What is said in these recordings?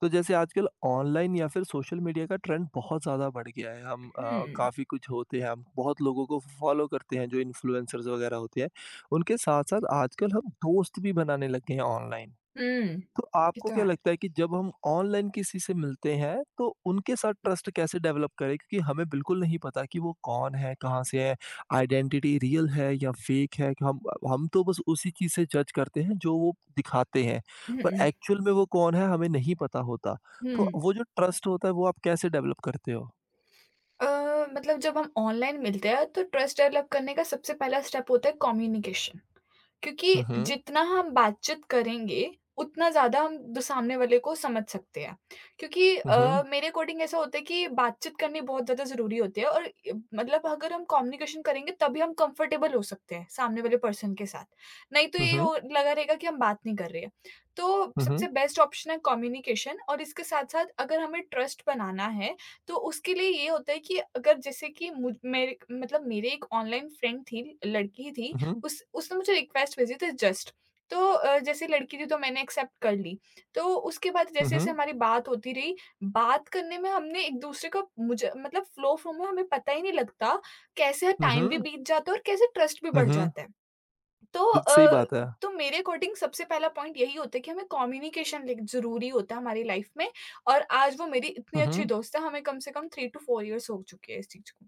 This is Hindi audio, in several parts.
तो जैसे आजकल ऑनलाइन या फिर सोशल मीडिया का ट्रेंड बहुत ज़्यादा बढ़ गया है। हम हुँ। काफ़ी कुछ होते हैं, हम बहुत लोगों को फॉलो करते हैं जो इन्फ्लुएंसर्स वगैरह होते हैं। उनके साथ-साथ आजकल हम दोस्त भी बनाने लग गए हैं ऑनलाइन। हुँ, तो ये आपको तो क्या है। लगता है कि जब हम ऑनलाइन किसी से मिलते हैं तो उनके साथ ट्रस्ट कैसे डेवलप करें? क्योंकि हमें बिल्कुल नहीं पता कि वो कौन है, कहाँ से है, आइडेंटिटी रियल है या फेक है कि हम तो बस उसी चीज़ से जज करते हैं जो वो दिखाते हैं, हुँ, पर हुँ, एक्चुअल में वो कौन है हमें नहीं पता होता। तो हुँ। वो जो ट्रस्ट होता है वो आप कैसे डेवलप करते हो? अ, मतलब जब हम ऑनलाइन मिलते हैं तो ट्रस्ट डेवलप करने का सबसे पहला स्टेप होता है कम्युनिकेशन। क्योंकि हुँ, हुँ। जितना हम बातचीत करेंगे, उतना ज़्यादा हम द सामने वाले को समझ सकते हैं। क्योंकि हुँ, हुँ। मेरे अकॉर्डिंग ऐसा होता है कि बातचीत करनी बहुत ज़्यादा ज़रूरी होती है और इ मतलब अगर हम कम्युनिकेशन करेंगे तभी हम कंफर्टेबल हो सकते हैं, सामने वाले पर्सन के साथ। नहीं तो हुँ, ये हुँ। हो लगा रहेगा कि हम बात नहीं कर रहे हैं। तो हुँ, सबसे हुँ। बेस्ट ऑप्शन है कम्युनिकेशन और इसके साथ-साथ अगर हमें ट्रस्ट बनाना है, तो उसके लिए ये होता है कि अगर जैसे कि मुझ मेरे मतलब मेरे एक ऑनलाइन फ्रेंड थी, लड़की थी, हुँ, हुँ। उस उसने मुझे रिक्वेस्ट भेजी थी जस्ट। तो जैसे लड़की थी तो मैंने एक्सेप्ट कर ली। तो उसके बाद हुँ, जैसे-जैसे हुँ। हमारी बात होती रही, बात करने में हमने एक-दूसरे का मुझे मतलब फ़्लो फ़्लो में हमें पता ही नहीं लगता, कैसे हुँ, टाइम भी हुँ। बीत जाता है और कैसे ट्रस्ट भी हुँ, बढ़ हुँ। जाता है। तो बिल्क सही अ, बात है। तो मेरे अकॉर्डिंग सबसे पहला पॉइंट यही होता है कि हमें कम्युनिकेशन लाइक ज़रूरी होता है हमारी लाइफ़ में और आज वो मेरी इतनी हुँ, अच्छी हुँ। दोस्त है, हमें कम से कम 3 टू 4 इयर्स हो चुके हैं इस चीज़ को।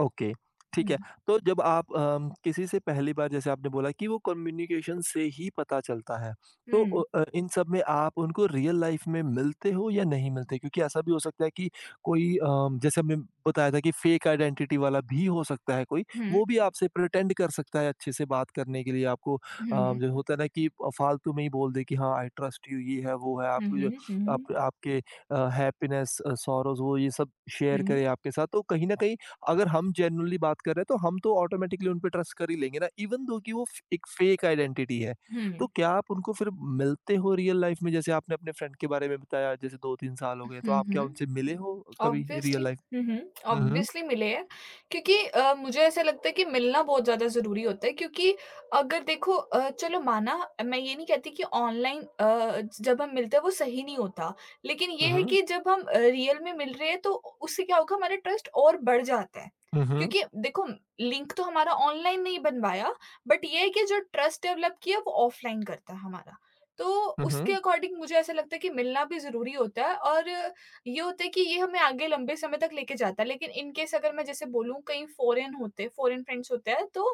ओके, ठीक हुँ। है। तो जब आप किसी से पहली बार जैसे आपने बोला कि वो कम्युनिकेशन से ही पता चलता है। तो हुँ। इन सब में आप उनको रियल लाइफ़ में मिलते हो या नहीं मिलते? क्योंकि ऐसा भी हो सकता है कि कोई जैसे हमने बताया था कि फेक आइडेंटिटी वाला भी हो सकता है कोई, हुँ। वो भी आपसे प्रिटेंड कर सकता है अच्छे से बात करने के लिए आपको हुँ। जो होता है ना कि फालतू में ही बोल दे कि हाँ, आई ट्रस्ट यू ये है, वो है, हुँ, आपकी हुँ, जो हुँ, आप आपके हैप्पीनेस सॉरोज़ वो ये सब शेयर हुँ। करे आपके साथ। तो कहीं न कहीं अगर हम जेन्युइनली बात कर रहे हैं तो हम तो ऑटोमेटिकली उन पे ट्रस्ट कर ही लेंगे ना इवन दो कि वो एक फेक आइडेंटिटी है। तो हुँ। क्या आप उनको फिर मिलते हो रियल लाइफ में जैसे आपने अपने फ्रेंड के बारे में बताया जैसे दो तीन साल हो गए तो हुँ, आप क्या हुँ। उनसे मिले हो कभी रियल ऑब्वियसली लाइफ। हुँ, हुँ। हम्म ऑब्वियसली मिले हैं क्योंकि मुझे ऐसा लगता है कि मिलना बहुत ज़्यादा ज़रूरी होता है क्योंकि अगर देखो चलो माना मैं ये नहीं कहती कि ऑनलाइन जब हम मिलते हैं वो सही नहीं होता। लेकिन ये है हम्म। कि जब हम रियल में मिल रहे हैं तो उससे क्या होगा हमारा ट्रस्ट और बढ़ जाता है। हम्म। क्योंकि देखो लिंक तो हमारा ऑनलाइन नहीं बन पाया बट ये है कि जो ट्रस्ट डेवलप किया वो ऑफलाइन करता है हमारा। तो उसके हम्म अकॉर्डिंग मुझे ऐसा लगता है कि मिलना भी ज़रूरी होता है और ये होता है कि ये हमें आगे लंबे समय तक लेके जाता है। लेकिन इन केस अगर मैं जैसे बोलूँ कहीं फॉरेन फ्रेंड्स होते हैं तो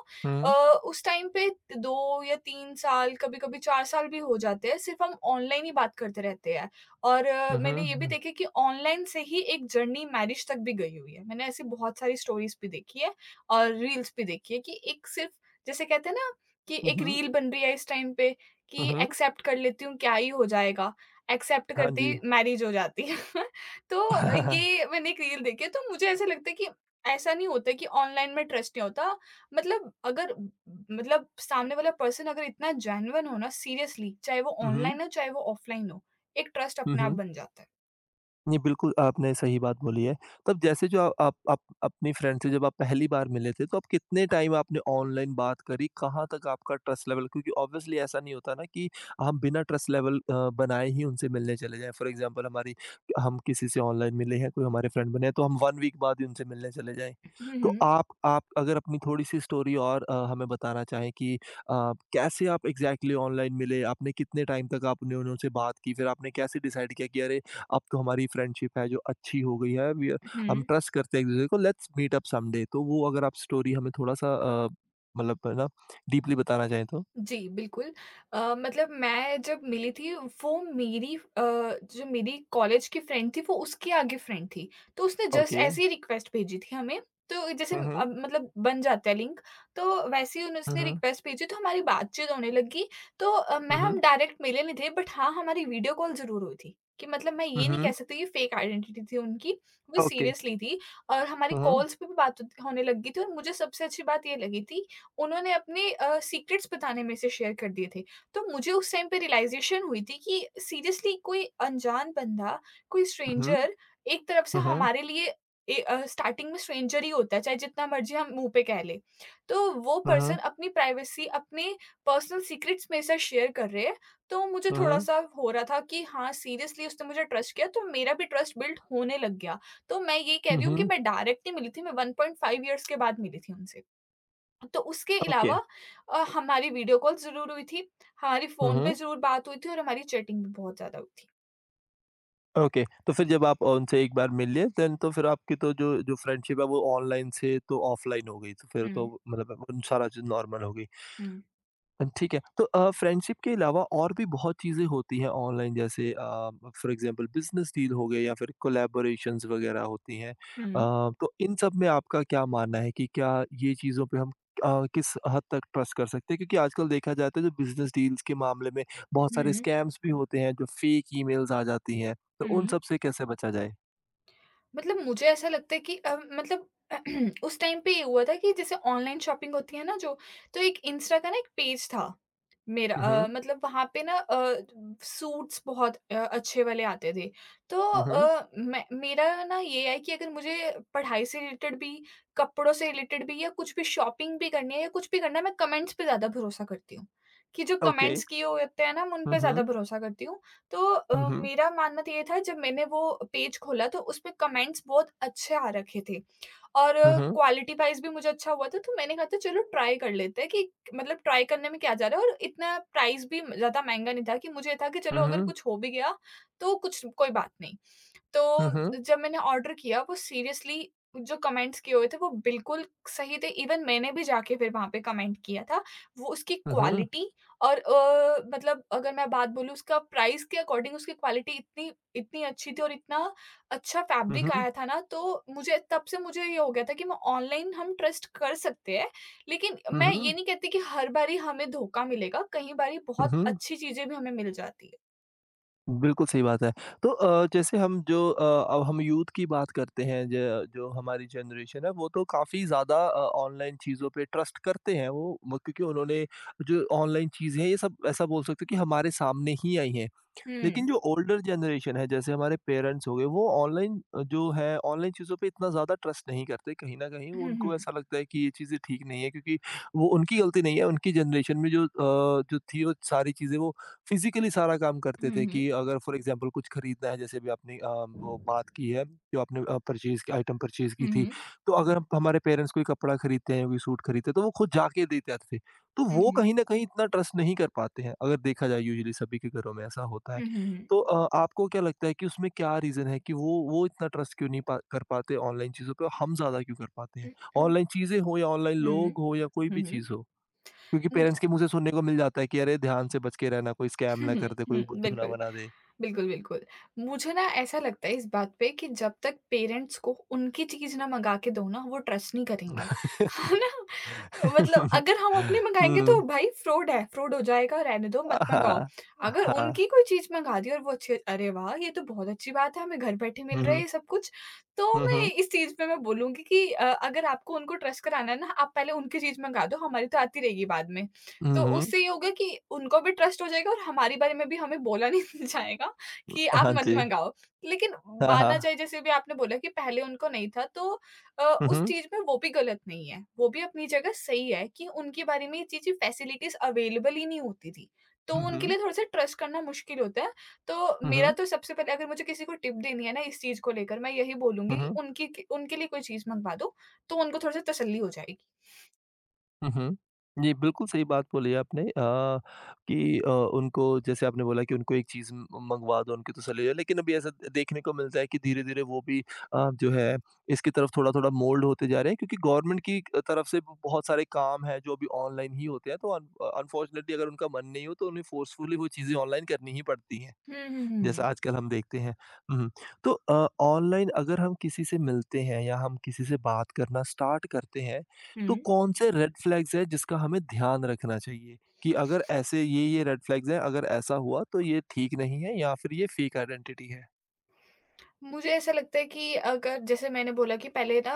अ, हम्म। उस टाइम पे 2 या 3 साल कभी-कभी 4 साल भी हो जाते हैं, सिर्फ़ हम ऑनलाइन ही बात करते रहते हैं। और मैंने ये भी हम्म देखा कि ऑनलाइन से ही एक जर्नी मैरिज तक भी गई हुई है। मैंने ऐसी बहुत सारी स्टोरीज़ भी देखी है और रील्स भी देखी है कि एक सिर्फ़ जैसे कहते हैं ना कि एक हम्म। रील बन रही है इस टाइम पे कि हम्म, एक्सेप्ट कर लेती हूँ, क्या ही हो जाएगा? एक्सेप्ट हाँ करते जी। ही मैरिज हो जाती है। तो ये मैंने एक रील देखी है, तो मुझे ऐसा लगता है कि ऐसा नहीं होता है कि ऑनलाइन में ट्रस्ट नहीं होता। मतलब अगर मतलब सामने वाला पर्सन अगर इतना जेन्युइन हो ना सीरियसली, चाहे वो हम्म ऑनलाइन हो, चाहे वो ऑफलाइन हो, एक ट्रस्ट अपने आप हम्म। बन जाता है। जी, बिल्कुल आपने सही बात बोली है। तब जैसे जो आप अपनी फ्रेंड से जब आप पहली बार मिले थे, तो आप कितने टाइम आपने ऑनलाइन बात करी? कहाँ तक आपका ट्रस्ट लेवल क्योंकि ऑब्वियसली ऐसा नहीं होता ना कि हम बिना ट्रस्ट लेवल बनाए ही उनसे मिलने चले जाएँ। फॉर एग्ज़ाम्पल हमारी हम किसी से ऑनलाइन मिले हैं, कोई हमारे फ्रेंड बने हैं, तो हम 1 वीक बाद ही उनसे मिलने चले जाएँ। हुँ, तो हुँ। आप अगर अपनी थोड़ी-सी स्टोरी और हमें बताना चाहें कि कैसे आप एग्ज़ैक्टली ऑनलाइन मिले? आपने कितने टाइम तक आपने उन उनसे बात की? फिर आपने कैसे डिसाइड किया कि अरे! अब तो हमारी फ्रेंडशिप है जो अच्छी हो गई है वी हम हुँ। ट्रस्ट करते हैं एक-दूसरे को लेट्स मीट अप समडे तो वो अगर आप स्टोरी हमें थोड़ा-सा अ, मतलब है ना डीपली बताना चाहें तो? जी, बिल्कुल। मतलब मैं जब मिली थी वो मेरी अ, जो मेरी कॉलेज की फ्रेंड थी वो उसके आगे फ्रेंड थी। तो उसने जस्ट ओके। ऐसे ही रिक्वेस्ट भेजी थी हमें। तो जैसे हुँ, हुँ। अब मतलब बन जाता है लिंक तो वैसे ही उन्होंने हुँ, उसने हुँ। रिक्वेस्ट भेजी तो हमारी बातचीत होने लगी। तो अ, मैं हुँ, हम हुँ। डायरेक्ट मिले नहीं थे बट हाँ, हमारी वीडियो कॉल ज़रूर हुई थी। कि मतलब मैं हुँ, ये नहीं कह हुँ। सकती कि फेक आइडेंटिटी थी उनकी, वो ओके। सीरियसली थी और हमारी हुँ, हुँ। कॉल्स पे भी बात होत होने लगी थी और मुझे सबसे अच्छी बात ये लगी थी उन्होंने अपने सीक्रेट्स बताने में से शेयर कर दिए थे। तो मुझे उस टाइम पे रियलाइज़ेशन हुई थी कि सीरियसली कोई अनजान बंदा, कोई हुँ, हुँ। स्ट्रेंजर एक तरफ से हुँ, हुँ। हमारे लिए स्टार्टिंग में स्ट्रेंजर ही होता है, चाहे जितना मर्ज़ी हम मुँह पे कह लें। तो वो पर्सन अपनी प्राइवेसी, अपने पर्सनल सीक्रेट्स मेरे साथ शेयर कर रहे हैं, तो मुझे हुँ, हुँ। थोड़ा-सा हो रहा था कि हाँ, सीरियसली उसने मुझे ट्रस्ट किया, तो मेरा भी ट्रस्ट बिल्ड होने लग गया। तो मैं ये कह हुँ, रही हूँ कि हुँ। मैं डायरेक्ट नहीं मिली थी, मैं 1.5 इयर्स के बाद मिली थी उनसे। तो उसके ओके। अलावा हमारी वीडियो कॉल ज़रूर हुई थी, हमारी हुँ, फ़ोन पे हुँ। ज़रूर बात हुई थी और हमारी चैटिंग भी बहुत ज़्यादा हुई थी। ओके। तो फिर जब आप उनसे एक बार मिल लिए देन तो फिर आपकी तो जो जो फ्रेंडशिप है वो ऑनलाइन से तो ऑफलाइन हो गई तो फिर तो हुँ, मतलब उन सारा चीज़ नॉर्मल हो गई। हुँ, ठीक है। तो फ्रेंडशिप के अलावा और भी बहुत चीज़ें होती हैं ऑनलाइन जैसे फॉर एग्ज़ाम्पल बिज़नेस डील हो गए या फिर कोलैबोरेशंस वग़ैरह होती हैं। हुँ। तो इन सब में आपका क्या मानना है कि क्या ये चीज़ों पे हम किस हद तक ट्रस्ट कर सकते हैं? क्योंकि आजकल देखा जाता है जो बिज़नेस डील्स के मामले में बहुत सारे हुँ, स्कैम्स भी होते हैं, जो फेक ईमेल्स आ जाती हैं, तो उन हुँ। सब से कैसे बचा जाए? मतलब मुझे ऐसा लगता है कि उस टाइम पे ये हुआ था कि जैसे ऑनलाइन शॉपिंग होती है ना जो, तो एक इंस्टा का ना एक पेज था मेरा हुँ, हुँ। मतलब वहाँ पे ना सूट्स बहुत अच्छे वाले आते थे। तो हुँ, हुँ। अ, मैं मेरा ना ये है कि अगर मुझे पढ़ाई से रिलेटेड भी, कपड़ों से रिलेटेड भी या कुछ भी शॉपिंग भी करनी है या कुछ भी करना है, मैं कमेंट्स पे ज़्यादा भरोसा करती हूँ, कि जो ओके। कमेंट्स किए हुए होते हैं ना मैं उन हुँ, पे ज़्यादा हुँ। भरोसा करती हूँ। तो हुँ, हुँ। मेरा मानना तो ये था जब मैंने वो पेज खोला तो उसपे कमेंट्स बहुत अच्छे आ रखे थे और हुँ, हुँ। क्वालिटी वाइज़ भी मुझे अच्छा हुआ था, तो मैंने कहा था चलो ट्राई कर लेते हैं कि मतलब ट्राई करने में क्या जा रहा है और इतना प्राइस भी ज़्यादा महँगा नहीं था कि मुझे ये था कि हुँ, चलो अगर हुँ। कुछ हो भी गया, तो कुछ कोई बात नहीं। हुँ, हुँ। तो जब मैंने ऑर्डर किया वो सीरियसली जो कमेंट्स किए हुए थे वो बिल्कुल सही थे। इवन मैंने भी जाके फिर वहाँ पे कमेंट किया था। वो उसकी हुँ, हुँ। क्वालिटी और मतलब अगर मैं बात बोलूँ उसका प्राइस के अकॉर्डिंग उसकी क्वालिटी इतनी इतनी अच्छी थी और इतना अच्छा हुँ, फैब्रिक हुँ। आया था ना तो मुझे तब से मुझे ये हो गया था कि मैं ऑनलाइन हम ट्रस्ट कर सकते हैं। लेकिन हुँ, मैं ये हुँ। नहीं कहती कि हर बारी हमें धोखा मिलेगा, कई बारी हुँ, बहुत हुँ। अच्छी चीज़ें भी हमें मिल जाती है। बिल्कुल सही बात है। तो जैसे हम जो अब हम यूथ की बात करते हैं ज जो हमारी जनरेशन है वो तो काफ़ी ज़्यादा ऑनलाइन चीज़ों पे ट्रस्ट करते हैं वो म क्योंकि उन्होंने जो ऑनलाइन चीज़ें हैं ये सब ऐसा बोल सकते हो कि हमारे सामने ही आई हैं। लेकिन हुँ। जो ओल्डर जनरेशन है जैसे हमारे पेरेंट्स हो गए वो ऑनलाइन जो है ऑनलाइन चीज़ों पे इतना ज़्यादा ट्रस्ट नहीं करते कहीं न कहीं वो हुँ, उनको हुँ। ऐसा लगता है कि ये चीज़ें ठीक नहीं है क्योंकि वो उनकी गलती नहीं है उनकी जनरेशन में जो जो थी वो सारी चीज़ें वो फिज़िकली सारा काम करते हुँ, थे हुँ। कि अगर फॉर एग्ज़ाम्पल कुछ खरीदना है जैसे भी आपने वो बात की है जो आपने परचेज़ की आइटम परचेज़ की हुँ, थी। हुँ। तो अगर हम हमारे पेरेंट्स कोई कपड़ा खरीदते हैं कोई सूट खरीदते हैं तो वो खुद जाके देते आते थे। तो हुँ, वो हुँ। कहीं न कहीं इतना ट्रस्ट नहीं कर पाते हैं अगर देखा जाए यूजुअली सभी के घरों में ऐसा होता है। हुँ, हुँ, हुँ। तो आपको क्या लगता है कि उसमें क्या रीज़न है कि वो इतना ट्रस्ट क्यों नहीं पा कर पाते ऑनलाइन चीज़ों पे? हम ज़्यादा क्यों कर पाते हैं? ऑनलाइन चीज़ें हो या ऑनलाइन हुँ, हुँ, लोग हो या कोई भी हुँ, हुँ। चीज़ हो? क्योंकि मुझ पेरेंट्स के मुँह से सुनने को मिल जाता है कि अरे ध्यान से बच के रहना, कोई स्कैम हुँ, ना हुँ, कर दे, कोई हुँ, बुद्धू ना बिल्कुल। बना दे। बिल्कुल, बिल्कुल। मुझे ना ऐसा लगता है इस बात पे कि जब तक पेरेंट्स को उनकी चीज़ ना मँगा के दो ना, वो ट्रस्ट नहीं करेंगे, है ना? मतलब अगर हम अपने मँगाएँगे तो हुँ। भाई फ्रॉड है, फ्रॉड हो जाएगा, रहने दो, मत मँगाओ। हाँ। अगर हाँ। उनकी कोई चीज़ मँगा दी और वो अच्छी अरे वाह! ये तो बहुत अच्छी बात है, हमें घर बैठे मिल हुँ, रहा है हुँ। ये सब कुछ। तो हुँ, मैं हुँ। इस चीज़ पे मैं बोलूँगी कि अगर आपको उनको ट्रस्ट कराना है ना, आप पहले उनकी चीज़ मँगा दो, हमारी तो आती रहेगी बाद में। तो हुँ, हुँ। उससे ये होगा कि उनको भी ट्रस्ट हो जाएगा और हमारे बारे में भी हमें बोला नहीं जाएगा कि आप हाँ मत जी। मंगाओ। लेकिन हाँ, माना हाँ। जाए जैसे भी आपने बोला कि पहले उनको नहीं था तो हुँ, उस हुँ। चीज़ में वो भी गलत नहीं है। वो भी अपनी जगह सही है कि उनके बारे में ये चीज़ें फैसिलिटीज़ अवेलेबल ही नहीं होती थी। तो हुँ, उनके हुँ। लिए थोड़ा-सा ट्रस्ट करना मुश्किल होता है। तो हुँ, मेरा हुँ। तो सबसे पहले अगर मुझे किसी को टिप देनी है ना इस चीज़ को लेकर मैं यही हुँ, बोलूँगी हुँ। उनकी उनके लिए कोई चीज़ मँगवा दो, तो उनको थोड़ा-सा तसल्ली हो जाएगी। हुँ, हुँ। जी, बिल्कुल सही बात बोली आपने कि उनको जैसे आपने बोला कि उनको एक चीज़ म मँगवा दो, उनकी तसल्ली हो लेकिन अभी ऐसा देखने को मिलता है कि धीरे-धीरे वो भी जो है इसकी तरफ थोड़ा-थोड़ा मोल्ड होते जा रहे हैं क्योंकि गवर्नमेंट की तरफ से बहुत सारे काम हैं जो अभी ऑनलाइन ही होते हैं। तो अन अनफॉर्चुनेटली अगर उनका मन नहीं हो तो उन्हें फ़ोर्सफुली वो चीज़ें ऑनलाइन करनी ही पड़ती हैं। हुँ, हुँ, हुँ। जैसा आजकल हम देखते हैं। हुँ, तो ऑनलाइन अगर हम किसी से मिलते हैं या हम किसी से बात करना स्टार्ट करते हैं, हुँ। तो कौन से रेड फ्लैग्स हैं जिसका हमें ध्यान रखना चाहिए? कि अगर ऐसे ये-ये रेड फ्लैग्स हैं, अगर ऐसा हुआ तो ये ठीक नहीं है या फिर ये फेक आइडेंटिटी है। मुझे ऐसा लगता है कि अगर जैसे मैंने बोला कि पहले ना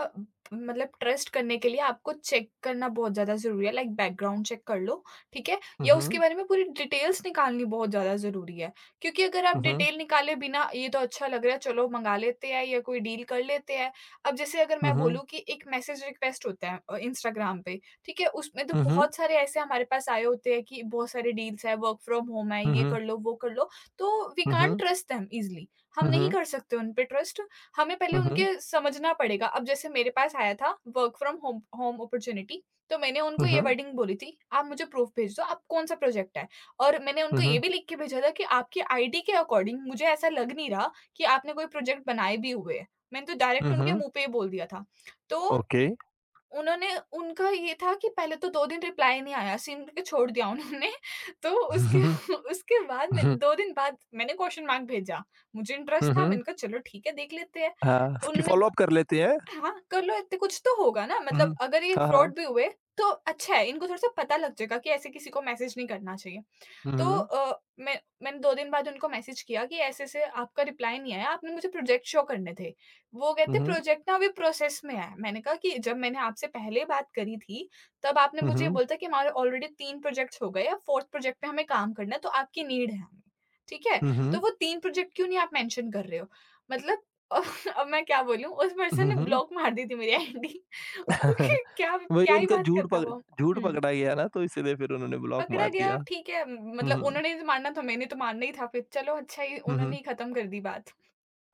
मतलब ट्रस्ट करने के लिए आपको चेक करना बहुत ज़्यादा ज़रूरी है लाइक बैकग्राउंड चेक कर लो, ठीक है? हुँ, या उसके हुँ, बारे में पूरी डिटेल्स निकालनी बहुत ज़्यादा ज़रूरी है, क्योंकि अगर आप हुँ, डिटेल निकाले बिना ये तो अच्छा लग रहा है चलो मँगा लेते हैं या कोई डील कर लेते हैं। अब जैसे अगर हुँ, मैं हुँ, बोलूँ कि एक मैसेज रिक्वेस्ट होता है इंस्टाग्राम पे, ठीक है? उसमें तो हुँ, हुँ, बहुत सारे ऐसे हमारे पास आए होते हैं कि बहुत सारे डील्स हैं, वर्क फ्रॉम होम है, हुँ, ये हुँ, कर लो, वो कर लो। तो we um, um, can't um, trust them easily. हम नहीं कर सकते उन पे ट्रस्ट, हमें पहले हुँ, हुँ, हुँ, हुँ, उनके समझना पड़ेगा। अब जैसे मेरे पास आया था work from home home opportunity, तो मैंने उनको हुँ, ये हुँ, वर्डिंग बोली थी, "आप मुझे प्रूफ़ भेज दो, आप कौन-सा प्रोजेक्ट है?" और मैंने उनको हुँ, ये भी लिख के भेजा था कि आपकी आईडी के अकॉर्डिंग मुझे ऐसा लग नहीं रहा कि आपने कोई प्रोजेक्ट बनाए भी हुए हैं। मैंने तो डायरेक्ट हुँ, उनके हुँ, मुँह पे ही बोल दिया था। तो ओके। उन्होंने उनका ये था कि पहले तो 2 दिन रिप्लाई नहीं आया, सीन करके छोड़ दिया उन्होंने। तो हुँ, उसके हुँ, उसके बाद में हुँ, 2 दिन बाद मैंने क्वेश्चन मार्क भेजा। मुझे इंटरेस्ट हुँ, था, हुँ, मैंने कहा चलो ठीक है, देख लेते हैं। हाँ, कि उन्होंने फ़ॉलो ब अप कर लेते हैं। हाँ, कर लो इतने कुछ तो होगा ना हुँ, मतलब हुँ, अगर ये हाँ, फ्रॉड हाँ। भी हुए, तो अच्छा है, इनको थोड़ा-सा पता लग जाएगा कि ऐसे किसी को मैसेज नहीं करना चाहिए। हुँ, तो हुँ, मैंने 2 दिन बाद उनको मैसेज किया कि ऐसे-ऐसे आपका रिप्लाई नहीं आया, आपने मुझे प्रोजेक्ट शो करने थे। वो हुँ, कहते हुँ, प्रोजेक्ट ना अभी प्रोसेस में है। मैंने कहा कि जब मैंने आपसे पहले बात करी थी, तब आपने हुँ, मुझे हुँ। बोला था कि हमारे ऑलरेडी 3 प्रोजेक्ट्स हो गए, अब 4th प्रोजेक्ट पे हमें काम करना है, तो आपकी नीड है हमें। ठीक है? हुँ, तो हुँ। वो 3 प्रोजेक्ट क्यों नहीं आप मेंशन कर रहे हो? मतलब अब मैं क्या बोलूँ, उस पर्सन हुँ, ने हुँ। ब्लॉक मार दी थी मेरी आईडी। क्योंकि क्या क्या वही ही उनका बात करता वो। झूठ हुँ। पकड़ा गया ना तो इसीलिए फिर उन्होंने ब्लॉक पकड़ा मार गया, दिया। ठीक है। हुँ, मतलब हुँ। उन्होंने ही तो मारना था, मैंने तो मारना ही था, फिर चलो अच्छा ही हुँ, उन्होंने हुँ। ही खत्म कर दी बात।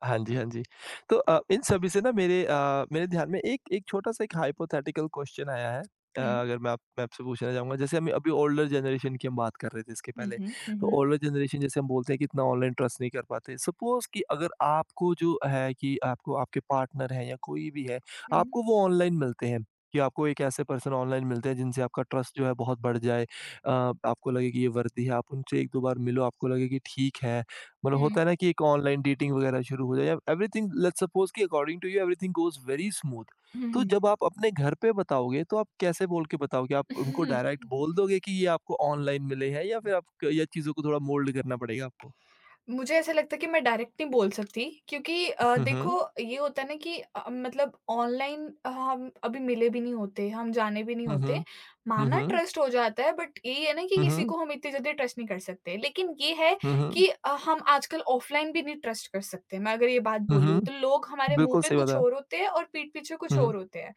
हाँ जी, हाँ जी। तो इन सभी से ना मेरे मेरे ध्यान में एक एक छोटा-सा एक हाइपोथेटिकल क्वेश्चन आया है। हुँ। अगर मैं आपसे पूछना चाहूँगा जैसे हम अभी ओल्डर जनरेशन की हम बात कर रहे थे इसके हुँ, पहले। हुँ, हुँ, तो हुँ। ओल्डर जनरेशन जैसे हम बोलते हैं कि इतना ऑनलाइन ट्रस्ट नहीं कर पाते। सपोज़ कि अगर आपको जो है कि आपको आपके पार्टनर हैं या कोई भी है, हुँ, आपको वो ऑनलाइन मिलते हैं कि आपको एक ऐसे पर्सन ऑनलाइन मिलते हैं जिनसे आपका ट्रस्ट जो है बहुत बढ़ जाए। आपको लगे कि ये वर्दी है, आप उनसे 1-2 बार मिलो, आपको लगे कि ठीक है। मतलब होता है हुँ, ना कि एक ऑनलाइन डेटिंग वगैरह शुरू हो जाए या एवरीथिंग लेट्स सपोज कि according to you everything goes very smooth. तो हुँ, जब आप अपने घर पे बताओगे तो आप कैसे बोल के बताओगे आप उनको डायरेक्ट हुँ। बोल दोगे कि ये आपको ऑनलाइन मिले हैं या फिर आप या चीज़ों को थोड़ा मोल्ड करना पड़ेगा आपको? मुझे ऐसा लगता है कि मैं डायरेक्ट नहीं बोल सकती क्योंकि हुँ, हुँ। देखो ये होता है ना कि मतलब ऑनलाइन हम अभी मिले भी नहीं होते, हम जाने भी नहीं हुँ, हुँ। होते। हुँ, माना हुँ। ट्रस्ट हो जाता है, बट ये है ना कि हुँ, किसी हुँ। को हम इतनी जल्दी ट्रस्ट नहीं कर सकते। लेकिन ये है हुँ, हुँ। कि हम आजकल ऑफलाइन भी नहीं ट्रस्ट कर सकते। मैं अगर ये बात हुँ, बोलूँ हुँ। तो लोग हमारे मुँह बिल्कुल पे सही बात कुछ है। और होते हैं और पीठ पीछे कुछ हुँ, हुँ। और होते हैं।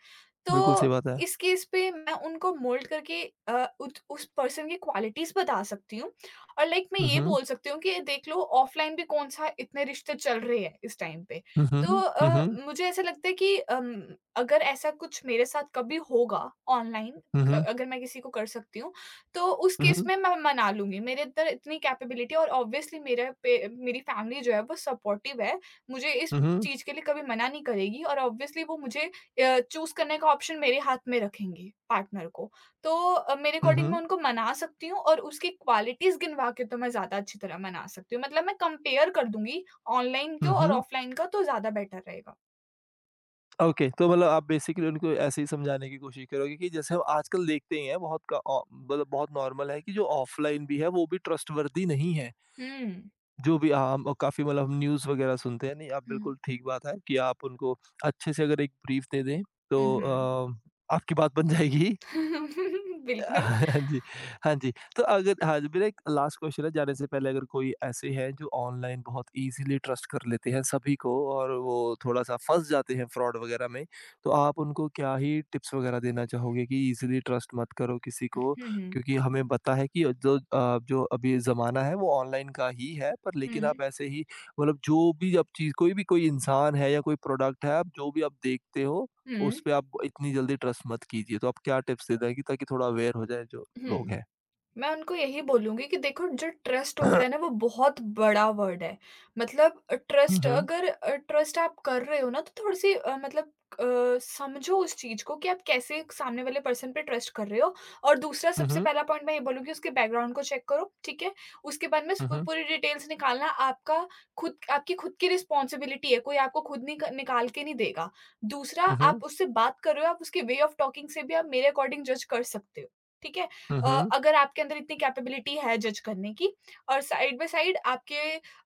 बिल्कुल तो सही बात है। इस केस पे मैं उनको मोल्ड करके अ, उत उस पर्सन की क्वालिटीज़ बता सकती हूँ। और लाइक मैं हुँ, ये हुँ। बोल सकती हूँ कि देख लो ऑफलाइन भी कौन-सा इतने रिश्ते चल रहे हैं इस टाइम पे। हुँ, हुँ। तो हुँ, हुँ। मुझे ऐसा लगता है कि अगर ऐसा कुछ मेरे साथ कभी होगा ऑनलाइन, हुँ, क हुँ। अगर मैं किसी को कर सकती हूँ, तो उस हुँ, केस हुँ। में मैं मना लूँगी। मेरे अंदर इतनी कैपेबिलिटी है और ऑब्वियसली मेरे पे मेरी फैमिली जो है वो सपोर्टिव है। मुझे इस हुँ, हुँ। चीज़ के लिए कभी मना नहीं करेगी और ऑब्वियसली वो मुझे चूज़ करने का ऑप्शन मेरे हाथ में रखेंगे पार्टनर को। तो मेरे हुँ, हुँ। हुँ, अकॉर्डिंग मैं हुँ। उनको मना सकती हूँ और उसकी क्वालिटीज़ गिनवा के तो मैं ज़्यादा अच्छी तरह मना सकती हूँ। मतलब मैं कंपेयर कर दूँगी ऑनलाइन हुँ, को, और हुँ। ऑफ़लाइन का तो ज़्यादा बेटर रहेगा। ओके, तो मतलब आप बेसिकली उनको ऐसे ही समझाने की कोशिश करोगे कि जैसे हम आजकल देखते ही हैं बहुत का मतलब बहुत नॉर्मल है कि जो ऑफ़लाइन भी है वो भी ट्रस्टवर्दी नहीं है। हुँ। जो भी हम काफ़ी मतलब हम न्यूज़ वग़ैरह सुनते हैं, नहीं आप हुँ। बिल्कुल ठीक बात है कि आप उनको अच्छे से अगर एक ब्रीफ़ दे दें तो हुँ, हुँ। आपकी बात बन जाएगी। बिल्कुल। हाँ जी, हाँ जी। तो अगर हाँ जी, मेरा एक लास्ट क्वेश्चन है जाने से पहले अगर कोई ऐसे हैं जो ऑनलाइन बहुत ईज़िली ट्रस्ट कर लेते हैं सभी को और वो थोड़ा-सा फँस जाते हैं फ्रॉड वगैरह में, तो आप उनको क्या ही टिप्स वगैरह देना चाहोगे कि ईज़िली ट्रस्ट मत करो किसी को? हुँ, हुँ। क्योंकि हमें पता है कि जो जो अभी ज़माना है वो ऑनलाइन का ही है, पर लेकिन हुँ। आप ऐसे ही मतलब जो भी आप चीज़ कोई भी कोई इंसान है या कोई प्रोडक्ट है, आप जो भी आप देखते हो उस हुँ, पे आप इतनी जल्दी ट्रस्ट मत कीजिए, तो आप क्या टिप्स दे देंगी ताकि थोड़ा अवेयर हो जाएँ जो लोग हुँ। हैं? मैं उनको यही बोलूँगी कि देखो जो ट्रस्ट होता है ना वो बहुत बड़ा वर्ड है। मतलब अ, हुँ, ट्रस्ट हुँ। अगर अ, ट्रस्ट आप कर रहे हो ना तो थोड़ी-सी, मतलब समझो उस चीज़ को कि आप कैसे एक सामने वाले पर्सन पे ट्रस्ट कर रहे हो। और दूसरा हुँ, सबसे हुँ। पहला पॉइंट मैं ये बोलूँगी, उसके बैकग्राउंड को चेक करो, ठीक है? उसके बाद में हुँ, पू हुँ। पूरी डिटेल्स निकालना आपका खुद की रिस्पॉन्सिबिलिटी है, कोई आपको खुद निकाल के नहीं देगा। दूसरा, हुँ, हुँ। आप उससे बात कर रहे हो, आप उसके वे ऑफ टॉकिंग से भी आप मेरे अकॉर्डिंग जज कर सकते हो, ठीक है? हुँ, हुँ। अगर आपके अंदर इतनी कैपेबिलिटी है जज करने की और साइड बाय साइड आपके,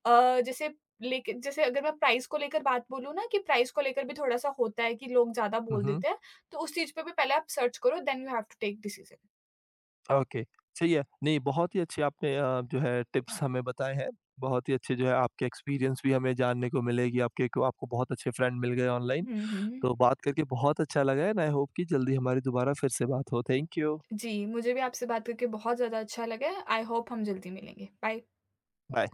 जैसे अगर मैं प्राइस को लेकर बात बोलूँ ना कि प्राइस को लेकर भी थोड़ा-सा होता है कि लोग ज़्यादा हुँ, बोल हुँ। देते हैं, तो उस चीज़ पे भी पहले आप सर्च करो, then you have to take decision. Okay, सही है। नहीं, बहुत ही अच्छे आपने जो है टिप्स हमें बताए हैं। बहुत ही अच्छे जो है आपके एक्सपीरियंस भी हमें जानने को मिलेगी, आपके को आपको बहुत अच्छे फ्रेंड मिल गए ऑनलाइन। हुँ, हुँ। तो बात करके बहुत अच्छा लगा एंड आई होप कि जल्दी हमारी दोबारा फिर से बात हो। Thank you. जी, मुझे भी आपसे बात करके बहुत ज़्यादा अच्छा लगा। आई होप हम जल्दी मिलेंगे। बाय। बाय।